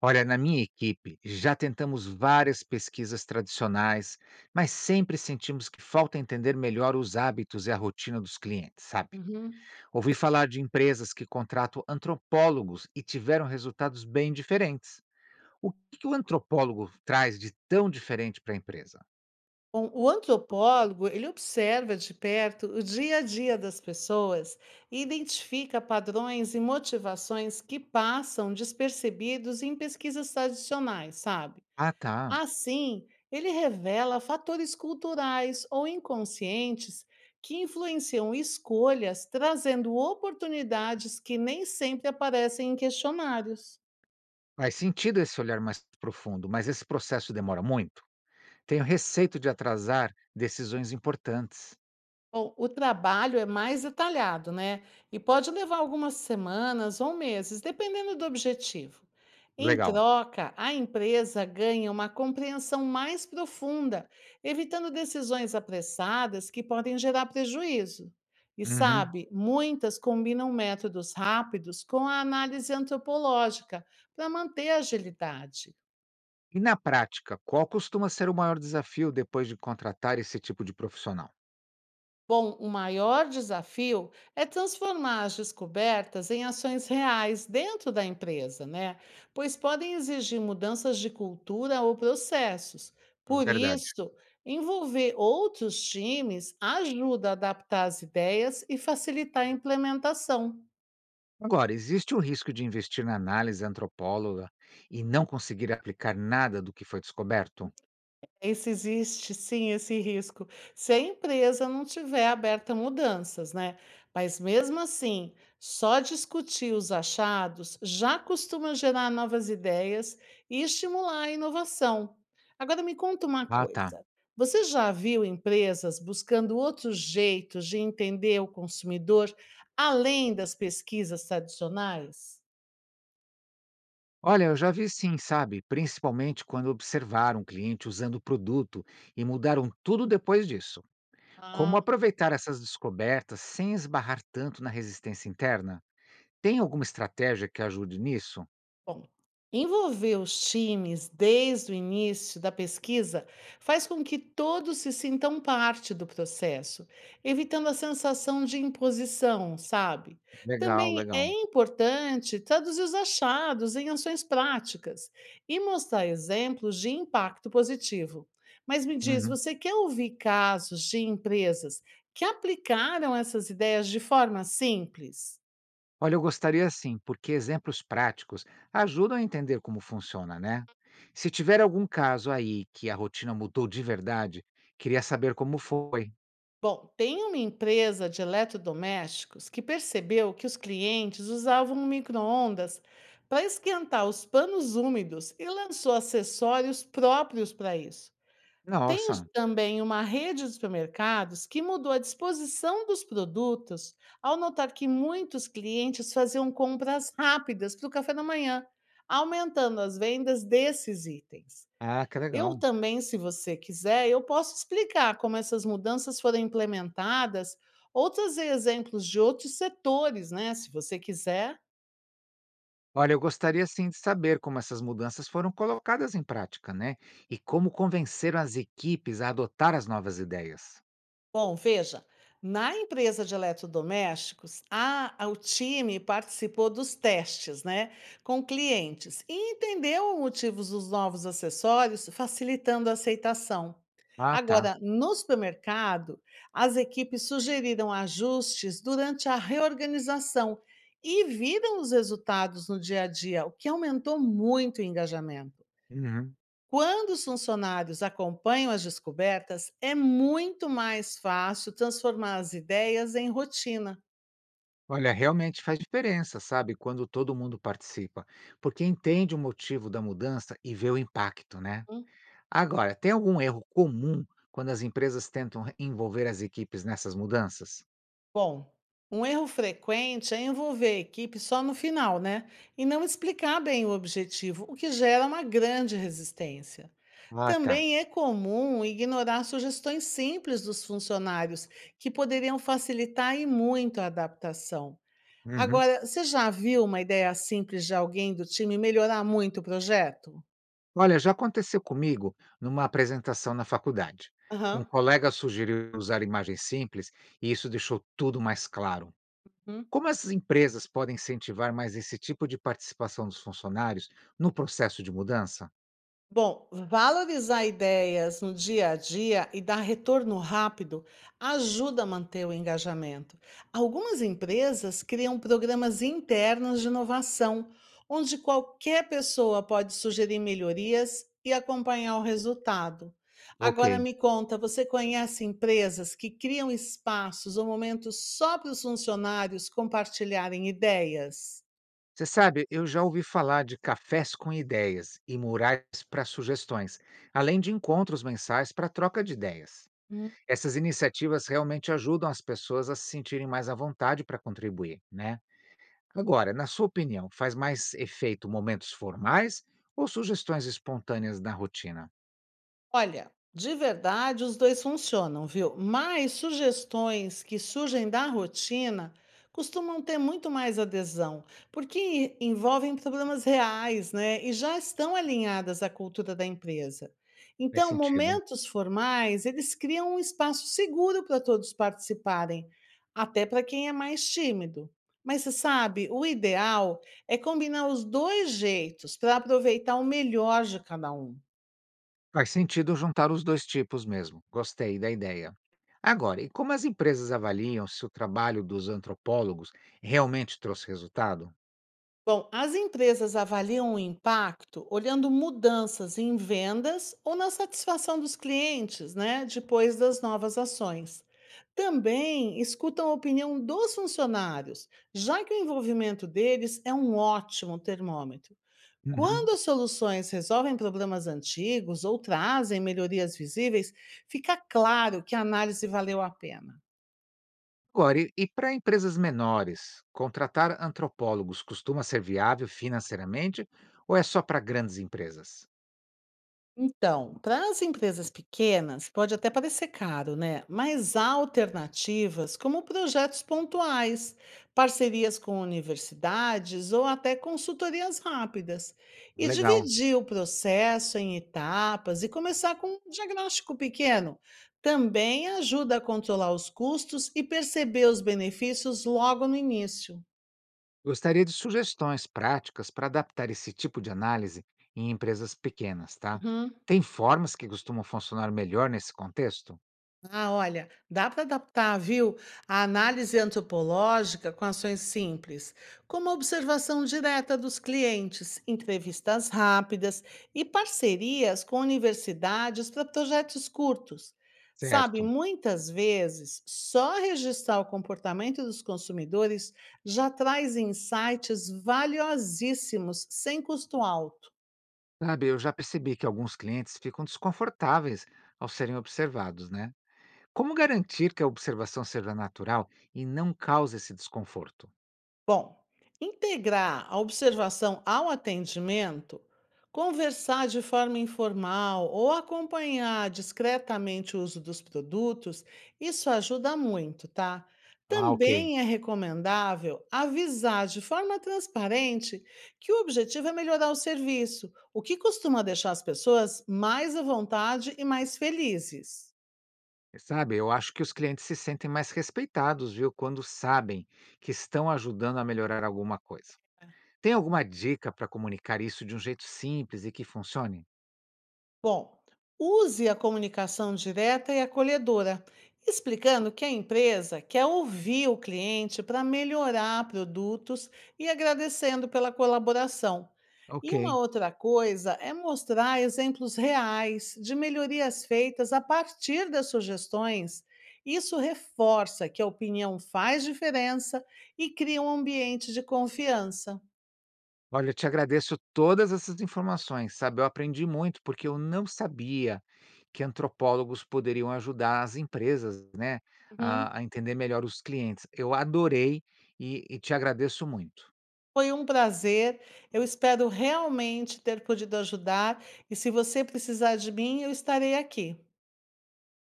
Olha, na minha equipe já tentamos várias pesquisas tradicionais, mas sempre sentimos que falta entender melhor os hábitos e a rotina dos clientes, sabe? Uhum. Ouvi falar de empresas que contratam antropólogos e tiveram resultados bem diferentes. O que que o antropólogo traz de tão diferente para a empresa? Bom, o antropólogo, ele observa de perto o dia a dia das pessoas e identifica padrões e motivações que passam despercebidos em pesquisas tradicionais, sabe? Ah, tá. Assim, ele revela fatores culturais ou inconscientes que influenciam escolhas, trazendo oportunidades que nem sempre aparecem em questionários. Faz sentido esse olhar mais profundo, mas esse processo demora muito. Tenho receio de atrasar decisões importantes. Bom, o trabalho é mais detalhado, né? E pode levar algumas semanas ou meses, dependendo do objetivo. Em Legal. troca, a empresa ganha uma compreensão mais profunda, evitando decisões apressadas que podem gerar prejuízo. E Uhum. sabe, muitas combinam métodos rápidos com a análise antropológica para manter a agilidade. E na prática, qual costuma ser o maior desafio depois de contratar esse tipo de profissional? Bom, o maior desafio é transformar as descobertas em ações reais dentro da empresa, né? Pois podem exigir mudanças de cultura ou processos. Por Verdade. isso, envolver outros times ajuda a adaptar as ideias e facilitar a implementação. Agora, existe o risco de investir na análise antropóloga e não conseguir aplicar nada do que foi descoberto? Esse existe sim, esse risco. Se a empresa não tiver aberta a mudanças, né? Mas mesmo assim, só discutir os achados já costuma gerar novas ideias e estimular a inovação. Agora me conta uma Ah, tá. coisa. Você já viu empresas buscando outros jeitos de entender o consumidor além das pesquisas tradicionais? Olha, eu já vi sim, sabe? Principalmente quando observaram um cliente usando o produto e mudaram tudo depois disso. Como aproveitar essas descobertas sem esbarrar tanto na resistência interna? Tem alguma estratégia que ajude nisso? Bom, envolver os times desde o início da pesquisa faz com que todos se sintam parte do processo, evitando a sensação de imposição, sabe? Legal, Também é legal. importante traduzir os achados em ações práticas e mostrar exemplos de impacto positivo. Mas me diz, Uhum. você quer ouvir casos de empresas que aplicaram essas ideias de forma simples? Olha, eu gostaria sim, porque exemplos práticos ajudam a entender como funciona, né? Se tiver algum caso aí que a rotina mudou de verdade, queria saber como foi. Bom, tem uma empresa de eletrodomésticos que percebeu que os clientes usavam micro-ondas para esquentar os panos úmidos e lançou acessórios próprios para isso. Tem Nossa. também uma rede de supermercados que mudou a disposição dos produtos ao notar que muitos clientes faziam compras rápidas para o café da manhã, aumentando as vendas desses itens. Ah, que Eu legal. também, se você quiser, eu posso explicar como essas mudanças foram implementadas ou trazer exemplos de outros setores, né, se você quiser. Olha, eu gostaria sim de saber como essas mudanças foram colocadas em prática, né? E como convenceram as equipes a adotar as novas ideias. Bom, veja, na empresa de eletrodomésticos, o time participou dos testes, né, com clientes e entendeu os motivos dos novos acessórios, facilitando a aceitação. Ah, tá. Agora, no supermercado, as equipes sugeriram ajustes durante a reorganização e viram os resultados no dia a dia, o que aumentou muito o engajamento. Uhum. Quando os funcionários acompanham as descobertas, é muito mais fácil transformar as ideias em rotina. Olha, realmente faz diferença, sabe, quando todo mundo participa, porque entende o motivo da mudança e vê o impacto, né? Hum, Agora, tem algum erro comum quando as empresas tentam envolver as equipes nessas mudanças? Bom, um erro frequente é envolver a equipe só no final, né? E não explicar bem o objetivo, o que gera uma grande resistência. Ah, tá. Também é comum ignorar sugestões simples dos funcionários, que poderiam facilitar e muito a adaptação. Uhum. Agora, você já viu uma ideia simples de alguém do time melhorar muito o projeto? Olha, já aconteceu comigo numa apresentação na faculdade. Um Aham, colega sugeriu usar imagens simples e isso deixou tudo mais claro. uhum. Como as empresas podem incentivar mais esse tipo de participação dos funcionários no processo de mudança? Bom, valorizar ideias no dia a dia e dar retorno rápido ajuda a manter o engajamento. Algumas empresas criam programas internos de inovação, onde qualquer pessoa pode sugerir melhorias e acompanhar o resultado. Agora Ok. me conta, você conhece empresas que criam espaços ou momentos só para os funcionários compartilharem ideias? Você sabe, eu já ouvi falar de cafés com ideias e murais para sugestões, além de encontros mensais para troca de ideias. Essas iniciativas realmente ajudam as pessoas a se sentirem mais à vontade para contribuir, né? Agora, na sua opinião, faz mais efeito momentos formais ou sugestões espontâneas na rotina? Olha, de verdade, os dois funcionam, viu? Mas sugestões que surgem da rotina costumam ter muito mais adesão, porque envolvem problemas reais, né? E já estão alinhadas à cultura da empresa. Faz Então, sentido. momentos formais, eles criam um espaço seguro para todos participarem, até para quem é mais tímido. Mas você sabe, o ideal é combinar os dois jeitos para aproveitar o melhor de cada um. Faz sentido juntar os dois tipos mesmo. Gostei da ideia. Agora, e como as empresas avaliam se o trabalho dos antropólogos realmente trouxe resultado? Bom, as empresas avaliam o impacto olhando mudanças em vendas ou na satisfação dos clientes, né, depois das novas ações. Também escutam a opinião dos funcionários, já que o envolvimento deles é um ótimo termômetro. Quando Uhum. as soluções resolvem problemas antigos ou trazem melhorias visíveis, fica claro que a análise valeu a pena. Agora, e para empresas menores, contratar antropólogos costuma ser viável financeiramente ou é só para grandes empresas? Então, para as empresas pequenas, pode até parecer caro, né? Mas há alternativas como projetos pontuais, parcerias com universidades ou até consultorias rápidas. E Legal. dividir o processo em etapas e começar com um diagnóstico pequeno também ajuda a controlar os custos e perceber os benefícios logo no início. Gostaria de sugestões práticas para adaptar esse tipo de análise em empresas pequenas, tá? Uhum. Tem formas que costumam funcionar melhor nesse contexto? Ah, olha, dá para adaptar, viu, a análise antropológica com ações simples, como a observação direta dos clientes, entrevistas rápidas e parcerias com universidades para projetos curtos. Sabe, Certo. muitas vezes, só registrar o comportamento dos consumidores já traz insights valiosíssimos sem custo alto. Sabe, eu já percebi que alguns clientes ficam desconfortáveis ao serem observados, né? Como garantir que a observação seja natural e não cause esse desconforto? Bom, integrar a observação ao atendimento, conversar de forma informal ou acompanhar discretamente o uso dos produtos, isso ajuda muito, tá? Ah, ok. Também é recomendável avisar de forma transparente que o objetivo é melhorar o serviço, o que costuma deixar as pessoas mais à vontade e mais felizes. Sabe, eu acho que os clientes se sentem mais respeitados, viu, quando sabem que estão ajudando a melhorar alguma coisa. Tem alguma dica para comunicar isso de um jeito simples e que funcione? Bom, use a comunicação direta e acolhedora, explicando que a empresa quer ouvir o cliente para melhorar produtos e agradecendo pela colaboração. E Ok. uma outra coisa é mostrar exemplos reais de melhorias feitas a partir das sugestões. Isso reforça que a opinião faz diferença e cria um ambiente de confiança. Olha, eu te agradeço todas essas informações, sabe? Eu aprendi muito porque eu não sabia que antropólogos poderiam ajudar as empresas, né, Uhum. a entender melhor os clientes. Eu adorei e te agradeço muito. Foi um prazer. Eu espero realmente ter podido ajudar e se você precisar de mim, eu estarei aqui.